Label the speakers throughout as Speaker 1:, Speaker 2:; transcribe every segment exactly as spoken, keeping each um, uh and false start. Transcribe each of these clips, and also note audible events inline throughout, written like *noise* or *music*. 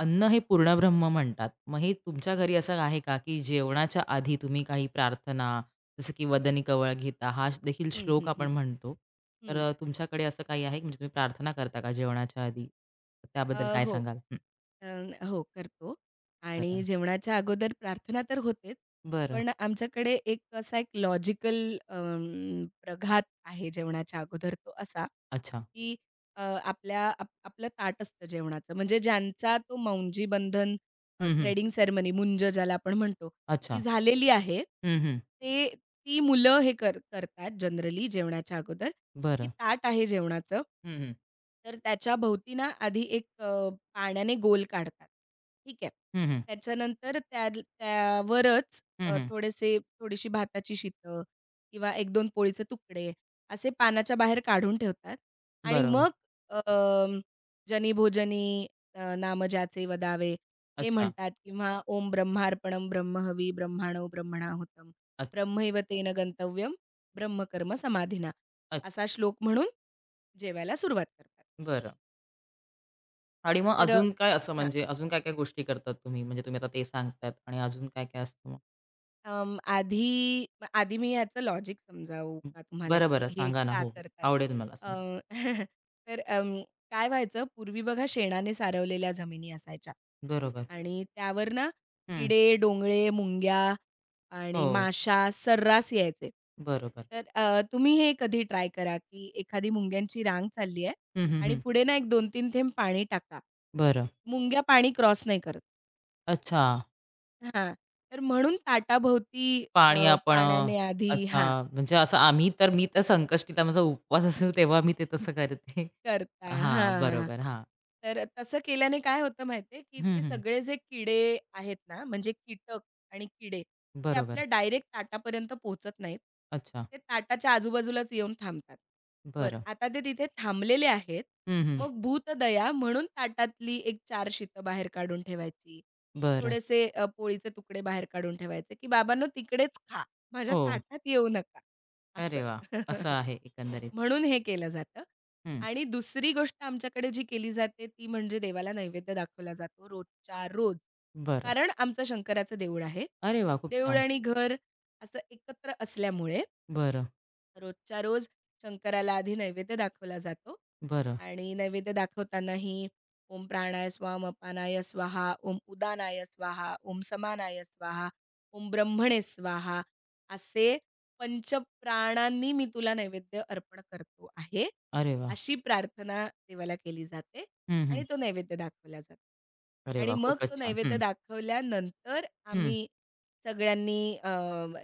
Speaker 1: अन्न हे पूर्णब्रह्म म्हणतात. मग हे तुमच्या घरी असं आहे का, की जेवणाच्या आधी तुम्ही काही प्रार्थना, जसं की वदनी कवळ गीता हा श- देखील
Speaker 2: हं,
Speaker 1: श्लोक
Speaker 2: हं,
Speaker 1: आपण
Speaker 2: हं,
Speaker 1: म्हणतो. तर
Speaker 2: हं.
Speaker 1: अ, तुमच्याकडे असं काही आहे, म्हणजे तुम्ही प्रार्थना करता का जेवणाच्या आधी? त्याबद्दल
Speaker 2: अ,
Speaker 1: काय
Speaker 2: हो.
Speaker 1: सांगाल? हं.
Speaker 2: अं, हो, करतो. आणि
Speaker 1: बरं.
Speaker 2: जेवणाच्या अगोदर प्रार्थना तर होतेच,
Speaker 1: बरं.
Speaker 2: पण आमच्याकडे एक असा एक लॉजिकल प्रघात आहे जेवणाच्या अगोदर तो असा,
Speaker 1: अच्छा.
Speaker 2: की अ, आपल्या आप आपलं ताट असतं जेवणाचं. म्हणजे ज्यांचा तो मौंजी बंधन
Speaker 1: हं, हं.
Speaker 2: थ्रेडिंग सेरेमनी मुंज ज्याला आपण म्हणतो, ती
Speaker 1: अच्छा.
Speaker 2: झालेली आहे.
Speaker 1: हं, हं.
Speaker 2: ते ती मुलं हे कर करतात जनरली जेवणाच्या अगोदर, की
Speaker 1: बरं.
Speaker 2: ताट आहे जेवणाचं,
Speaker 1: हं, हं.
Speaker 2: तर त्याच्या भोवती ना आधी एक पाण्याने गोल काढतात. ठीक आहे.
Speaker 1: हं, हं.
Speaker 2: त्याच्यानंतर त्या त्यावरच
Speaker 1: हं,
Speaker 2: अ,
Speaker 1: हं.
Speaker 2: थोडेसे थोडीशी भाताची शितं किंवा एक दोन पोळीचे तुकडे असे पानाच्या बाहेर काढून ठेवतात आणि
Speaker 1: बरोबर.
Speaker 2: मग अ, जनी भोजनी अ, नाम ज्याचे वदावे, हे
Speaker 1: अच्छा,
Speaker 2: म्हणतात किंवा ओम ब्रह्मार्पणं ब्रह्महवी ब्रह्माणो ब्रह्मणाहुतम
Speaker 1: अच्छा,
Speaker 2: ब्रह्मैव तेन गंतव्यम ब्रह्मकर्म समाधिना,
Speaker 1: अच्छा.
Speaker 2: असा श्लोक म्हणून जेवायला सुरुवात करतात.
Speaker 1: बरं. आणि मग
Speaker 2: तर अ,
Speaker 1: अजून काय असं म्हणजे अजून काय-काय गोष्टी करतात तुम्ही? म्हणजे तुम्ही आता ते सांगतायत आणि अजून काय-काय असतं.
Speaker 2: अं, आधी आधी मी याचं लॉजिक समजावू का तुम्हाला,
Speaker 1: बरं,
Speaker 2: की
Speaker 1: बरं.
Speaker 2: हे
Speaker 1: सांगा ना.
Speaker 2: का
Speaker 1: हो, हो.
Speaker 2: करतात?
Speaker 1: आवडेल मला सांगा.
Speaker 2: अं, *laughs* तर अं, काय व्हायचं, पूर्वी बघा शेणाने सारवलेल्या जमिनी असायच्या
Speaker 1: बरोबर.
Speaker 2: आणि त्यावर ना
Speaker 1: हं.
Speaker 2: किडे, डोंगळे, मुंग्या आणि
Speaker 1: हो.
Speaker 2: माशा सर्रास यायचे.
Speaker 1: बरोबर.
Speaker 2: तर अ, तुम्ही हे कधी ट्राय करा, की एखादी मुंग्यांची रांग चालली आहे
Speaker 1: हं, हं,
Speaker 2: आणि
Speaker 1: हं.
Speaker 2: पुढे ना एक दोन-तीन थेंब पाणी टाका.
Speaker 1: बरं.
Speaker 2: मुंग्या पाणी क्रॉस नाही करत.
Speaker 1: अच्छा.
Speaker 2: हां. तर म्हणून ताटाभोवती अ,
Speaker 1: पाणी आपण अ,
Speaker 2: पाण्याने आधी. हां,
Speaker 1: अच्छा. म्हणजे असं आम्ही तर मी तर संकष्टीला माझा उपवास असेल तेव्हा मी ते तसं करते.
Speaker 2: करता.
Speaker 1: हां.
Speaker 2: हां.
Speaker 1: बरोबर. हां.
Speaker 2: तर तसं केल्याने काय होतं माहिती आहे, की
Speaker 1: हं,
Speaker 2: ते
Speaker 1: हं.
Speaker 2: सगळे जे किडे आहेत ना, म्हणजे कीटक आणि किडे, ते
Speaker 1: बरोबर.
Speaker 2: आपल्या डायरेक्ट ताटापर्यंत पोहोचत नाहीत.
Speaker 1: अच्छा.
Speaker 2: ते ताटाच्या आजूबाजूलाच येऊन थांबतात. बरं,
Speaker 1: बरं.
Speaker 2: आता ते तिथे थांबलेले आहेत.
Speaker 1: हं, हं.
Speaker 2: मग भूतदया म्हणून ताटातली एक चार शीतं बाहेर काढून ठेवायची.
Speaker 1: बरं.
Speaker 2: थोडेसे अ, पोळीचे तुकडे बाहेर काढून ठेवायचे, की "बाबांनो, तिकडेच खा. माझ्या
Speaker 1: हो.
Speaker 2: ताटात येऊ नका." असं.
Speaker 1: अरे वाह! असं
Speaker 2: *laughs*
Speaker 1: आहे एकंदरीत.
Speaker 2: म्हणून हे केलं जातं.
Speaker 1: हं.
Speaker 2: आणि दुसरी गोष्ट आमच्याकडे जी केली जाते ती म्हणजे देवाला नैवेद्य दाखवला जातो रोजच्या रोज.
Speaker 1: बरं.
Speaker 2: कारण आमचं शंकराचं देऊळ आहे.
Speaker 1: अरे वाह! खूप
Speaker 2: देऊळ
Speaker 1: छान.
Speaker 2: आणि घर असं एकत्र असल्यामुळे
Speaker 1: बरं,
Speaker 2: रोजच्या रोज शंकराला आधी नैवेद्य दाखवला जातो
Speaker 1: बरं.
Speaker 2: आणि नैवेद्य दाखवतानाही ओम प्राणाय स्वाम अपानाय स्वाहा ओम उदानाय स्वाहा ओम समानाय स्वाहा ओम ब्रह्मणे स्वाहा, असे पंचप्राणांनी मी तुला नैवेद्य अर्पण करतो आहे,
Speaker 1: अरे वाह!
Speaker 2: अशी प्रार्थना देवाला केली जाते
Speaker 1: हं, हं.
Speaker 2: आणि तो नैवेद्य दाखवला जातो.
Speaker 1: अरे
Speaker 2: आणि
Speaker 1: वाह!
Speaker 2: मग
Speaker 1: खूपच
Speaker 2: तो
Speaker 1: छान.
Speaker 2: नैवेद्य
Speaker 1: हं,
Speaker 2: दाखवल्यानंतर
Speaker 1: हं.
Speaker 2: आम्ही सगळ्यांनी अ,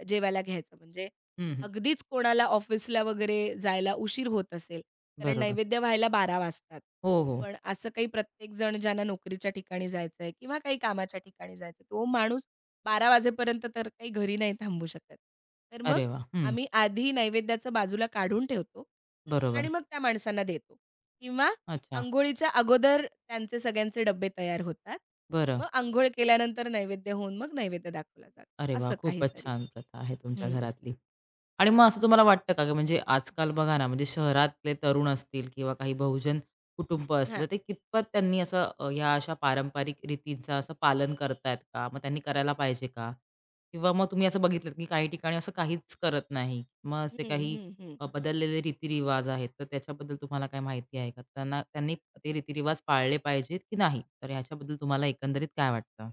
Speaker 2: जेवायला घ्यायचं. म्हणजे
Speaker 1: हं, हं.
Speaker 2: अगदीच कोणाला ऑफिसला वगैरे जायला उशीर होत असेल, कारण
Speaker 1: बरोबर.
Speaker 2: नैवेद्य व्हायला बारा वाजतात.
Speaker 1: हो, हो.
Speaker 2: पण असं काही प्रत्येकजण ज्यांना नोकरीच्या ठिकाणी जायचं आहे किंवा काही कामाच्या ठिकाणी जायचं आहे, तो माणूस बारा वाजेपर्यंत तर काही घरी नाही थांबू शकत. तर मग
Speaker 1: अरे वा, हं.
Speaker 2: आम्ही आधी नैवेद्याचं बाजूला काढून ठेवतो आणि
Speaker 1: बरोबर.
Speaker 2: मग त्या माणसांना देतो किंवा
Speaker 1: अच्छा.
Speaker 2: अंघोळीच्या अगोदर त्यांचे सगळ्यांचे डब्बे तयार होतात.
Speaker 1: बरं.
Speaker 2: मग अंघोळ केल्यानंतर नैवेद्य होऊन मग नैवेद्य दाखवला जातो,
Speaker 1: अरे वा,
Speaker 2: असं
Speaker 1: खूपच
Speaker 2: काहीतरी.
Speaker 1: छान प्रथा आहे तुमच्या
Speaker 2: हं.
Speaker 1: घरातली. आणि मग असं तुम्हाला वाटतं का, की म्हणजे आजकाल बघा ना, म्हणजे शहरातले तरुण असतील किंवा काही बहुजन कुटुंब असतील,
Speaker 2: हां.
Speaker 1: तर ते कितपत त्यांनी असं अ, ह्या अशा पारंपरिक रीतींचं असं पालन करतायत का? मग त्यांनी करायला पाहिजे का? किंवा मग तुम्ही असं बघितलत, की काही ठिकाणी असं काहीच करत नाही. मग
Speaker 2: हं,
Speaker 1: असे काही
Speaker 2: हं, हं.
Speaker 1: अ, बदललेले रीतिरिवाज आहेत, तर त्याच्याबद्दल तुम्हाला काही माहिती आहे का? त्यांना त्यांनी ते रीतिरिवाज पाळले पाहिजेत की नाही? तर ह्याच्याबद्दल तुम्हाला एकंदरीत काय वाटतं?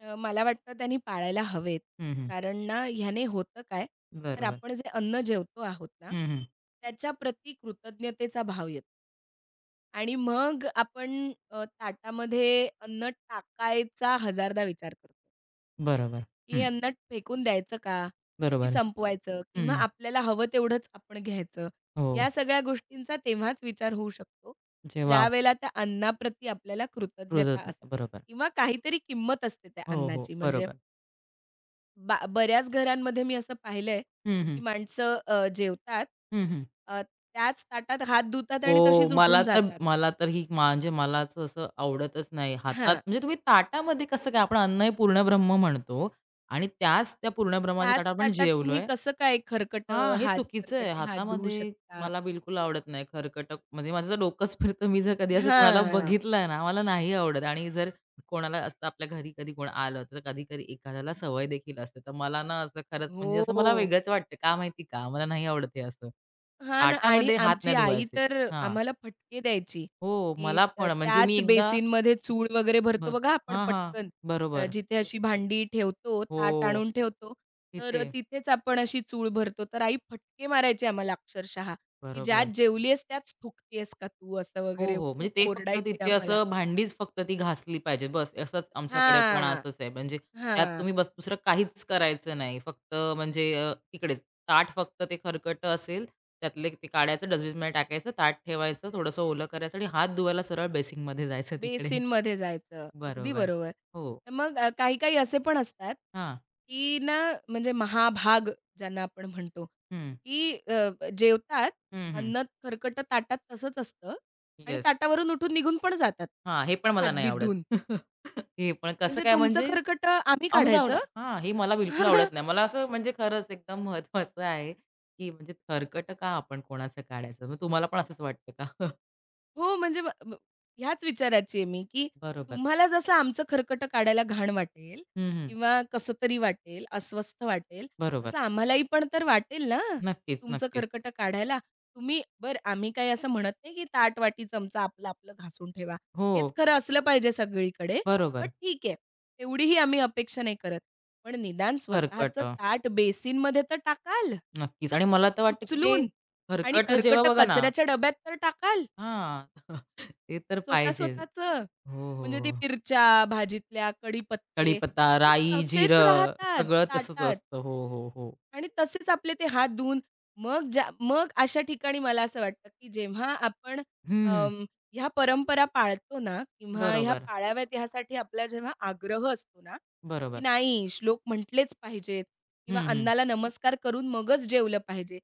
Speaker 2: अ, मला वाटतं त्यांनी पाळायला हवेत.
Speaker 1: हं, हं.
Speaker 2: कारण ना ह्याने होतं काय, तर
Speaker 1: बरोबर.
Speaker 2: आपण जे अन्न जेवतो आहोत ना,
Speaker 1: हं, हं.
Speaker 2: त्याच्या प्रती कृतज्ञतेचा भाव येतो आणि मग आपण अ, ताटामध्ये अन्न टाकायचा हजारदा विचार करतो.
Speaker 1: बरोबर.
Speaker 2: की हे
Speaker 1: हं.
Speaker 2: अन्न फेकून द्यायचं का? की हं,
Speaker 1: बरोबर.
Speaker 2: संपवायचं? किंवा
Speaker 1: हं.
Speaker 2: आपल्याला हवं तेवढंच आपण घ्यायचं?
Speaker 1: हो.
Speaker 2: या सगळ्या गोष्टींचा तेव्हाच विचार होऊ शकतो,
Speaker 1: जे
Speaker 2: ज्यावेळेला त्या अन्नाप्रती आपल्याला कृतज्ञता
Speaker 1: वापरत
Speaker 2: असते
Speaker 1: बरोबर.
Speaker 2: किंवा काहीतरी किंमत असते त्या
Speaker 1: हो, हो.
Speaker 2: अन्नाची. म्हणजे
Speaker 1: बरोबर.
Speaker 2: बा बऱ्याच घरांमध्ये मी असं पाहिलंय,
Speaker 1: हं, हं.
Speaker 2: की माणसं अ, जेवतात,
Speaker 1: हं, हं.
Speaker 2: अ, त्याच ताटात हात धुतात आणि
Speaker 1: हो.
Speaker 2: तशीच
Speaker 1: मला
Speaker 2: उठून
Speaker 1: तर
Speaker 2: जातात.
Speaker 1: मला तर ही म्हणजे मलाच असं आवडतच नाही. हातात
Speaker 2: हां,
Speaker 1: म्हणजे तुम्ही ताटामध्ये कसं काय आपण अन्न हे पूर्ण ब्रह्म म्हणतो आणि त्याच त्या पूर्ण ब्रह्माच्या
Speaker 2: त्याच
Speaker 1: ताटात आपण
Speaker 2: ताटात तुम्ही
Speaker 1: जेवलोय.
Speaker 2: कसं काय खरकटं
Speaker 1: हां, हे
Speaker 2: हात
Speaker 1: चुकीचं आहे.
Speaker 2: खरकटे हात धुवू
Speaker 1: हातामध्ये
Speaker 2: शकता?
Speaker 1: मला बिलकुल आवडत नाही खरकटं म्हणजे माझं डोकंच *laughs* फिरतं. मी जर कधी असं कोणाला
Speaker 2: हां.
Speaker 1: बघितलं ना, मला नाही आवडत आणि जर कोणाला असतं आपल्या घरी कधी कोण आलं, तर कधी-कधी एखाद्याला सवय देखील असते. तर मला ना असं खरंच म्हणजे असं मला
Speaker 2: हो.
Speaker 1: वेगळंच वाटतं. का माहिती का? मला नाही आवडत हे असं.
Speaker 2: हां ना. आणि
Speaker 1: ताटामध्ये हात
Speaker 2: आमची
Speaker 1: नाही
Speaker 2: आई
Speaker 1: धुवायचे.
Speaker 2: तर
Speaker 1: हां.
Speaker 2: आम्हाला फटके द्यायची,
Speaker 1: हो,
Speaker 2: की
Speaker 1: मला
Speaker 2: अ,
Speaker 1: पण म्हणजे मी
Speaker 2: त्याच
Speaker 1: एकदा.
Speaker 2: बेसिनमध्ये चूळ वगैरे भरतो
Speaker 1: बरं.
Speaker 2: बघा आपण
Speaker 1: हां, हां.
Speaker 2: पटकन. अ,
Speaker 1: बरोबर.
Speaker 2: जिथे अशी भांडी ठेवतो, ताट
Speaker 1: हो.
Speaker 2: आणून ठेवतो, तर
Speaker 1: तिथे.
Speaker 2: तिथेच आपण अशी चूळ भरतो. तर आई फटके मारायची आम्हाला अक्षरशः, की "ज्यात
Speaker 1: बरोबर.
Speaker 2: जेवली आहेस त्याच थुंकते का तू?" असं
Speaker 1: हो,
Speaker 2: वगैरे
Speaker 1: हो. म्हणजे
Speaker 2: खूप
Speaker 1: ते फक्त
Speaker 2: ओरडायची
Speaker 1: तिथे
Speaker 2: आम्हाला.
Speaker 1: असं भांडीच फक्त ती घासली पाहिजे. बस असंच आमच्याकडे पण
Speaker 2: हां,
Speaker 1: असंच आहे. म्हणजे त्यात
Speaker 2: हां.
Speaker 1: तुम्ही बस दुसरं काहीच करायचं नाही. फक्त म्हणजे अ, तिकडेच ताट फक्त ते खरकटं असेल, त्यातले ते काढायचं डस्टबिनमध्ये टाकायचं, ताट ठेवायचं, थोडंसं ओलं करायचं आणि हात धुवायला सरळ बेसिनमध्ये जायचं तिकडे.
Speaker 2: बेसिनमध्ये जायचं. अगदी
Speaker 1: बरोबर.
Speaker 2: बरोबर.
Speaker 1: हो.
Speaker 2: तर मग अ, काही-काही असे पण असतात,
Speaker 1: हां.
Speaker 2: की ना, म्हणजे महाभाग ज्यांना आपण म्हणतो,
Speaker 1: हं.
Speaker 2: की अ, जेवतात,
Speaker 1: हं,
Speaker 2: अन्न खरकटं ताटात तसंच असतं आणि
Speaker 1: येस.
Speaker 2: ताटावरून उठून निघून पण जातात,
Speaker 1: हां, हे पण मला नाही
Speaker 2: हातबीत
Speaker 1: आवडत.
Speaker 2: धुवून.
Speaker 1: *laughs* हे पण कसं
Speaker 2: म्हणजे
Speaker 1: काय
Speaker 2: तुमचं
Speaker 1: म्हणजे
Speaker 2: खरकटं आम्ही
Speaker 1: आम्ही काय आवडा
Speaker 2: काढायचं?
Speaker 1: हां, हे मला बिलकुल आवडत
Speaker 2: *laughs*
Speaker 1: नाही. मला असं म्हणजे खरंच एकदम महत्वाचं आहे, की म्हणजे खरकटं का आपण कोणाचं काढायचं? मग तुम्हाला पण असंच वाटतं का? *laughs*
Speaker 2: हो, म्हणजे म म ह्याच विचाराची आहे मी, की
Speaker 1: बरोबर.
Speaker 2: तुम्हाला जसं आमचं खरकटं काढायला घाण वाटेल
Speaker 1: हं, हं.
Speaker 2: किंवा कसं तरी वाटेल, अस्वस्थ वाटेल,
Speaker 1: बरोबर.
Speaker 2: तसं आम्हालाही पण तर वाटेल ना,
Speaker 1: नक्कीच,
Speaker 2: तुमचं
Speaker 1: नक्कीच.
Speaker 2: खरकटं काढायला. तुम्ही बरं, आम्ही काही असं म्हणत नाही, की ताट, वाटी, चमचा आपलं-आपलं घासून ठेवा. हेच
Speaker 1: हो,
Speaker 2: खरं असलं पाहिजे सगळीकडे. बट
Speaker 1: बरोबर.
Speaker 2: ठीक आहे, तेवढीही आम्ही अपेक्षा नाही करत. पण निदान स्वतःचं
Speaker 1: खरकटं.
Speaker 2: ताट बेसिनमध्ये तर टाकाल
Speaker 1: नक्कीच आणि मला तर वाटतं, की ते
Speaker 2: उचलून आणि
Speaker 1: खरकटं जेव्हा
Speaker 2: खरकटं
Speaker 1: बघा ना.
Speaker 2: कचऱ्याच्या डब्यात तर टाकाल.
Speaker 1: हां, *laughs* ते तर
Speaker 2: स्वतः
Speaker 1: पाहिजे.
Speaker 2: स्वतःचं.
Speaker 1: हो, हो,
Speaker 2: म्हणजे ती
Speaker 1: हो.
Speaker 2: मिरच्या, भाजीतल्या कढीपत्ते
Speaker 1: कढीपत्ता,
Speaker 2: ते
Speaker 1: राई,
Speaker 2: तसेच
Speaker 1: जिरं
Speaker 2: राहतात
Speaker 1: सगळं तसंच
Speaker 2: ताटात.
Speaker 1: असतं. हो, हो, हो.
Speaker 2: आणि तसेच आपले ते हात धुवून मग ज्या मग अशा ठिकाणी मला असं वाटतं, की जेव्हा आपण
Speaker 1: हं,
Speaker 2: अं, ह्या परंपरा पाळतो ना किंवा ह्या
Speaker 1: बरोबर,
Speaker 2: पाळाव्यात ह्यासाठी आपला जेव्हा आग्रह असतो ना, की
Speaker 1: बरोबर.
Speaker 2: नाही श्लोक म्हटलेच पाहिजेत किंवा
Speaker 1: हं, हं.
Speaker 2: अन्नाला नमस्कार करून मगच जेवलं पाहिजे.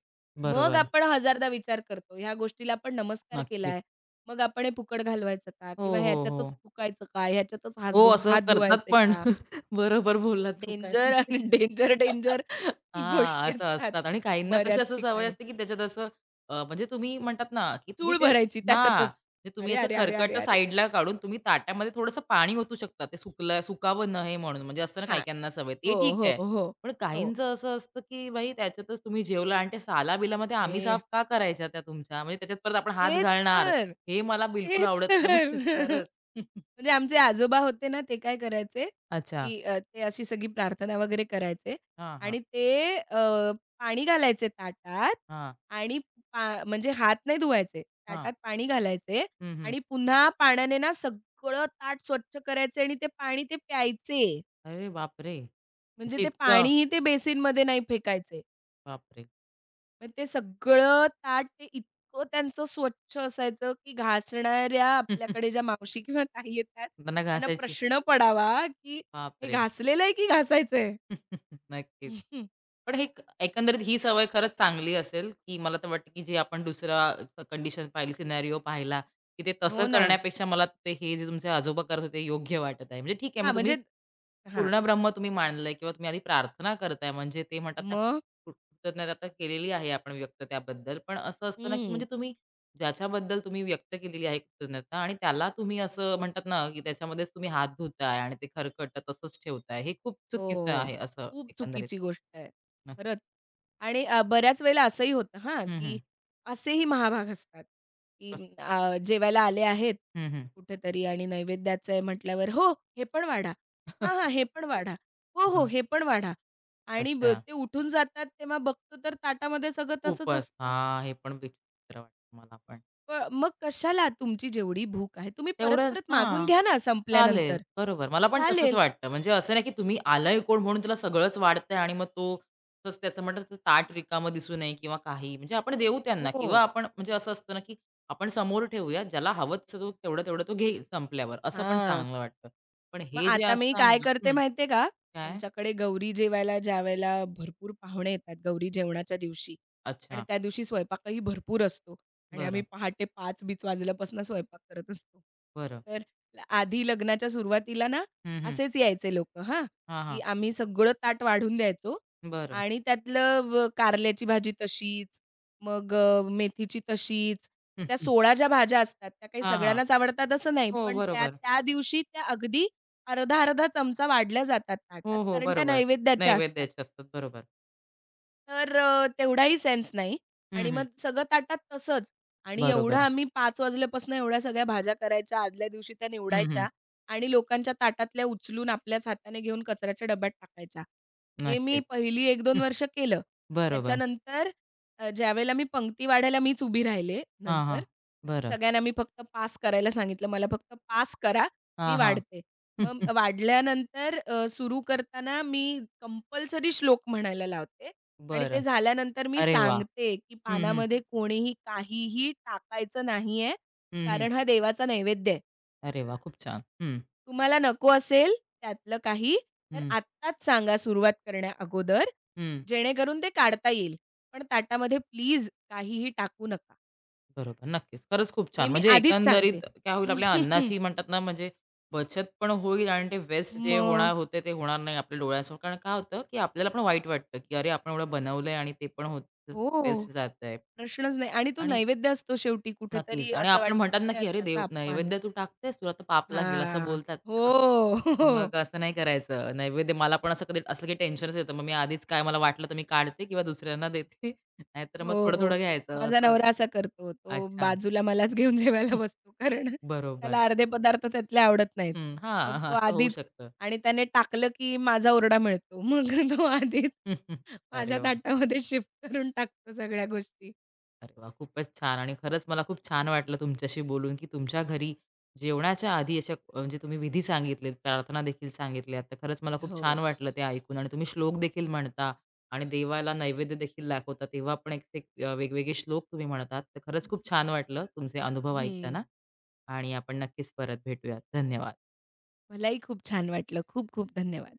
Speaker 2: मग
Speaker 1: बरोबर.
Speaker 2: आपण हजारदा विचार करतो, ह्या गोष्टीला आपण नमस्कार
Speaker 1: नक्कीच.
Speaker 2: केलाय, मग आपण हे फुकट घालवायचं का? किंवा
Speaker 1: हो, हो, हो.
Speaker 2: ह्याच्यातच थुंकायचं का? ह्याच्यातच हात
Speaker 1: हो,
Speaker 2: धु
Speaker 1: असं
Speaker 2: हात
Speaker 1: करतात
Speaker 2: धुवायचे
Speaker 1: पण.
Speaker 2: का?
Speaker 1: *laughs* बरोबर बोलला तू काय.
Speaker 2: डेंजर आणि *laughs* डेंजर, डेंजर
Speaker 1: *laughs* हां,
Speaker 2: गोष्टी
Speaker 1: असं
Speaker 2: असतात
Speaker 1: असतात आणि काहींना कशी
Speaker 2: बऱ्याच
Speaker 1: असं सवय
Speaker 2: ठिकाणी.
Speaker 1: असते, की त्याच्यात असं अ, म्हणजे तुम्ही म्हणतात ना, की तुम्ही
Speaker 2: चूळ
Speaker 1: ते
Speaker 2: भरायची
Speaker 1: हां,
Speaker 2: त्याच्यातच.
Speaker 1: म्हणजे तुम्ही
Speaker 2: अरे,
Speaker 1: असं
Speaker 2: अरे, अरे, अरे,
Speaker 1: खरकटं
Speaker 2: अरे!
Speaker 1: साइडला काढून तुम्ही ताटामध्ये थोडंसं पाणी ओतू शकता. ते सुकलं सुकावं नये म्हणून. म्हणजे असतं ना
Speaker 2: हां.
Speaker 1: काही-काहींना सवय, ते
Speaker 2: हो,
Speaker 1: ठीक
Speaker 2: हो,
Speaker 1: आहे.
Speaker 2: हो,
Speaker 1: पण
Speaker 2: हो.
Speaker 1: काहींचं असं असतं, की भाई त्याच्यातच तुम्ही जेवला आणि ते सालाबिलामध्ये आम्ही साफ
Speaker 2: अरे
Speaker 1: का करायच्या त्या तुमच्या? म्हणजे त्याच्यात परत आपण हात
Speaker 2: तेच
Speaker 1: घालणार,
Speaker 2: तर.
Speaker 1: हे मला बिलकुल
Speaker 2: तेच
Speaker 1: आवडत नाही. *laughs*
Speaker 2: तर.
Speaker 1: म्हणजे
Speaker 2: *laughs*
Speaker 1: खरंच.
Speaker 2: म्हणजे आमचे आजोबा होते ना, ते काय करायचे,
Speaker 1: अच्छा.
Speaker 2: की अ, ते अशी सगळी प्रार्थना वगैरे करायचे
Speaker 1: हां, हां.
Speaker 2: आणि ते अ, पाणी घालायचे ताटात.
Speaker 1: हां,
Speaker 2: आणि पा म्हणजे हात नाही धुवायचे.
Speaker 1: हां.
Speaker 2: ताटात पाणी घालायचे
Speaker 1: हं, हं.
Speaker 2: आणि पुन्हा पाण्याने ना सगळं ताट स्वच्छ करायचे आणि ते पाणी ते प्यायचे.
Speaker 1: अरे बापरे!
Speaker 2: म्हणजे
Speaker 1: म्हणजे
Speaker 2: ते
Speaker 1: इतकं
Speaker 2: पाणीही ते बेसिनमध्ये नाही फेकायचे.
Speaker 1: बापरे!
Speaker 2: मग ते सगळं ताट ते इतकं त्यांचं स्वच्छ असायचं, की घासणाऱ्या आपल्याकडे
Speaker 1: *laughs*
Speaker 2: ज्या मावशी किंवा ताई येतात,
Speaker 1: त्यांना
Speaker 2: त्यांना
Speaker 1: घासायची.
Speaker 2: प्रश्न पडावा, की "हे
Speaker 1: बापरे!
Speaker 2: घासलेलं आहे की घासायचंय?"
Speaker 1: *laughs* नक्कीच.
Speaker 2: *laughs*
Speaker 1: पण हे क- एकंदरीत ही सवय खरंच चांगली असेल, की मला तर वाटतं, की जे आपण दुसरा कंडिशन पाहिली, सिनेरिओ पाहिला, की ते तसं
Speaker 2: हो ना.
Speaker 1: करण्यापेक्षा मला ते हे जे तुमचे आजोबा करत होते योग्य वाटत आहे. म्हणजे ठीक आहे,
Speaker 2: हा,
Speaker 1: मग
Speaker 2: म्हणजे
Speaker 1: तुम्ही
Speaker 2: हां.
Speaker 1: पूर्ण ब्रह्म तुम्ही मानलंय किंवा तुम्ही आधी प्रार्थना करताय म्हणजे ते म्हणतात ना,
Speaker 2: मग
Speaker 1: कृ कृतज्ञता तर केलेली आहे आपण व्यक्त त्याबद्दल. पण असं असतं ना, की
Speaker 2: हं.
Speaker 1: म्हणजे तुम्ही ज्याच्याबद्दल तुम्ही व्यक्त केलेली आहे कृतज्ञता आणि त्याला तुम्ही असं म्हणतात ना, की त्याच्यामध्येच तुम्ही हात धुताय आणि ते खरकटं तसंच ठेवताय. हे खूप चुकीचं
Speaker 2: हो.
Speaker 1: आहे असं
Speaker 2: खूप
Speaker 1: एकंदरीत.
Speaker 2: चुकीची गोष्ट आहे.
Speaker 1: हं.
Speaker 2: खरंच. आणि अ, बऱ्याच वेळेला असंही होतं हां,
Speaker 1: हं, हं.
Speaker 2: की असेही महाभाग असतात, की
Speaker 1: बस.
Speaker 2: म, अ, जेवायला आले आहेत
Speaker 1: हं, हं.
Speaker 2: कुठेतरी आणि नैवेद्याचं आहे म्हटल्यावर, "हो, हे पण वाढा. हां,
Speaker 1: *laughs*
Speaker 2: हां, हे पण वाढा. हो, हो,
Speaker 1: बरं.
Speaker 2: हे पण वाढा." आणि ब
Speaker 1: अच्छा.
Speaker 2: ते उठून जातात तेव्हा बघतो तर ताटामध्ये सगळं तसंच
Speaker 1: खूपच.
Speaker 2: असतं.
Speaker 1: हां, हे पण विचित्र वाटतं मला पण.
Speaker 2: प मग कशाला? तुमची जेवढी भूक आहे, तुम्ही
Speaker 1: तेवढंच
Speaker 2: परत-परत मागून
Speaker 1: हां.
Speaker 2: घ्या ना
Speaker 1: चालेल.
Speaker 2: संपल्यानंतर.
Speaker 1: बरोबर. मला पण तसंच
Speaker 2: चालेल.
Speaker 1: वाटतं. म्हणजे असं नाही, की तुम्ही आलाय कोण म्हणून त्याला सगळंच वाढतंय आणि मग तो तसं त्याचं म्हणतात तसं ताट रिकामं दिसू नये किंवा काही. म्हणजे आपण देऊ त्यांना
Speaker 2: हो.
Speaker 1: किंवा आपण म्हणजे असं असतं ना, की आपण समोर ठेवूया. ज्याला हवंच तो तेवढं-तेवढं तो घेईल संपल्यावर. असं पण
Speaker 2: हां.
Speaker 1: चांगलं वाटतं. पण
Speaker 2: मग
Speaker 1: हे जे
Speaker 2: आता मी
Speaker 1: असं आहे
Speaker 2: काय
Speaker 1: ना
Speaker 2: करते
Speaker 1: हं.
Speaker 2: माहिती आहे का?
Speaker 1: काय?
Speaker 2: आमच्याकडे गौरी जेवायला ज्यावेळेला भरपूर पाहुणे येतात गौरी जेवणाच्या दिवशी आणि
Speaker 1: अच्छा.
Speaker 2: त्या दिवशी स्वयंपाकही भरपूर असतो आणि आम्ही
Speaker 1: बरं,
Speaker 2: पहाटे पाच बीच वाजल्यापासून स्वयंपाक करत असतो.
Speaker 1: बरं.
Speaker 2: तर ल- आधी लग्नाच्या सुरुवातीला ना,
Speaker 1: हं, हं.
Speaker 2: असेच यायचे लोकं हां,
Speaker 1: हां,
Speaker 2: की
Speaker 1: हां.
Speaker 2: आम्ही सगळं ताट वाढून द्यायचो
Speaker 1: बरं.
Speaker 2: आणि त्यातलं व कारल्याची भाजी तशीच, मग अ, मेथीची तशीच.
Speaker 1: हं,
Speaker 2: त्या
Speaker 1: हं.
Speaker 2: सोळा ज्या भाज्या असतात त्या काही
Speaker 1: हां, हां.
Speaker 2: सगळ्यांनाच आवडतात असं नाही,
Speaker 1: हो,
Speaker 2: पण त्या
Speaker 1: बरोबर.
Speaker 2: त्या दिवशी त्या अगदी अर्धा-अर्धा चमचा वाढल्या जातात ताटात,
Speaker 1: हो, हो.
Speaker 2: कारण त्या
Speaker 1: बरोबर.
Speaker 2: नैवेद्याच्या असतात.
Speaker 1: नैवेद्याचे असतात. बरोबर.
Speaker 2: तर अ, तेवढाही सेन्स नाही
Speaker 1: हं,
Speaker 2: आणि
Speaker 1: हं.
Speaker 2: मग सगळं ताटात तसंच. आणि एवढं
Speaker 1: बरोबर.
Speaker 2: आम्ही पाच वाजल्यापासून एवढ्या सगळ्या भाज्या करायच्या, आदल्या दिवशी त्या
Speaker 1: हं, हं.
Speaker 2: निवडायच्या आणि लोकांच्या ताटातल्या उचलून आपल्याच हाताने घेऊन कचऱ्याच्या डब्यात टाकायच्या. हे मी
Speaker 1: नक्कीच.
Speaker 2: पहिली एक-दोन वर्ष केलं.
Speaker 1: बरोबर.
Speaker 2: त्याच्यानंतर अ, ज्यावेळेला मी पंगती वाढायला मीच उभी राहिले
Speaker 1: हां, हां.
Speaker 2: नंतर.
Speaker 1: बरं.
Speaker 2: सगळ्यांना मी फक्त पास करायला सांगितलं, "मला फक्त पास करा, मी
Speaker 1: हां, हां.
Speaker 2: वाढते." मग
Speaker 1: *laughs*
Speaker 2: वाढल्यानंतर अ, सुरू करताना मी कंपल्सरी श्लोक म्हणायला लावते. आणि ते
Speaker 1: बरं.
Speaker 2: झाल्यानंतर मी
Speaker 1: अरे वाह!
Speaker 2: सांगते, की
Speaker 1: हं, हं.
Speaker 2: पानामध्ये कोणीही काहीही टाकायचं नाहीये,
Speaker 1: हं, हं.
Speaker 2: कारण हा देवाचा नैवेद्य आहे.
Speaker 1: अरे वाह! खूप छान. हं,
Speaker 2: तुम्हाला नको असेल त्यातलं काही, तर
Speaker 1: हं,
Speaker 2: आत्ताच सांगा सुरुवात करण्याअगोदर,
Speaker 1: हं.
Speaker 2: जेणेकरून ते काढता येईल. पण ताटामध्ये प्लीज काहीही टाकू नका.
Speaker 1: बरोबर. नक्कीच. खरंच खूप
Speaker 2: हे
Speaker 1: छान.
Speaker 2: मी
Speaker 1: म्हणजे
Speaker 2: आधीच सांगते.
Speaker 1: एकंदरीत काय होईल आपल्या अन्नाची
Speaker 2: *laughs*
Speaker 1: म्हणतात ना म्हणजे बचत पण होईल आणि ते वेस्ट जे होणार
Speaker 2: मग
Speaker 1: होते ते होणार नाही आपल्या डोळ्यासमोर. कारण काय होतं, की आपल्याला पण वाईट वाटतं, की अरे आपण एवढं बनवलंय आणि ते पण होत
Speaker 2: हो,
Speaker 1: वेस्ट जातंय.
Speaker 2: प्रश्नच नाही आणि तो
Speaker 1: आणि
Speaker 2: नैवेद्य असतो शेवटी
Speaker 1: नक्कीच.
Speaker 2: कुठेतरी
Speaker 1: आणि
Speaker 2: असं
Speaker 1: आपण
Speaker 2: वाटतं,
Speaker 1: म्हणतात
Speaker 2: की
Speaker 1: ना,
Speaker 2: त्या
Speaker 1: की "अरे देव
Speaker 2: त्याचा अपमान.
Speaker 1: नैवेद्य तू टाकतेस, तुला तर पापला लागेल," असं
Speaker 2: हां.
Speaker 1: बोलतात.
Speaker 2: हो.
Speaker 1: *laughs*
Speaker 2: *laughs*
Speaker 1: मग असं नाही करायचं. नैवेद्य मला पण असं कधी असलं, की टेन्शनच येतं. मग मी आधीच काय मला वाटलं तर मी काढते किंवा दुसऱ्यांना देते. *laughs* नाहीतर मग
Speaker 2: हो. हो.
Speaker 1: थोडं-थोडं घ्यायचं
Speaker 2: माझा
Speaker 1: असं.
Speaker 2: नवरा असा करतो. तो
Speaker 1: अच्छा.
Speaker 2: बाजूला मलाच घेऊन जेवायला
Speaker 1: *laughs*
Speaker 2: बसतो. कारण
Speaker 1: बरोबर.
Speaker 2: त्याला अर्धे पदार्थ त्यातले आवडत नाहीत.
Speaker 1: हं. हां,
Speaker 2: मग
Speaker 1: हां.
Speaker 2: तो
Speaker 1: असं होऊ
Speaker 2: आधीच
Speaker 1: शकतं.
Speaker 2: आणि त्याने टाकलं की माझा ओरडा मिळतो. *laughs* मग तो आधीच
Speaker 1: *laughs* अरे
Speaker 2: माझ्या
Speaker 1: वाह!
Speaker 2: ताटामध्ये शिफ्ट करून टाकतो सगळ्या गोष्टी.
Speaker 1: अरे वा, खूपच छान आणि खरंच मला खूप छान वाटलं तुमच्याशी बोलून, की तुमच्या घरी जेवणाच्या आधी अशा म्हणजे तुम्ही विधी सांगितलेत, प्रार्थना देखील सांगितल्यात. तर खरंच मला खूप छान
Speaker 2: हो.
Speaker 1: वाटलं ते ऐकून आणि तुम्ही श्लोक देखील म्हणता आणि देवाला नैवेद्य देखील दाखवता. तेव्हा पण एक ते अ, वेगवेगळे श्लोक तुम्ही म्हणतात. तर खरंच खूप छान वाटलं तुमचे अनुभव
Speaker 2: हं.
Speaker 1: ऐकताना आणि आपण नक्कीच परत भेटूयात. धन्यवाद.
Speaker 2: मलाही खूप छान वाटलं. खूप खूप धन्यवाद.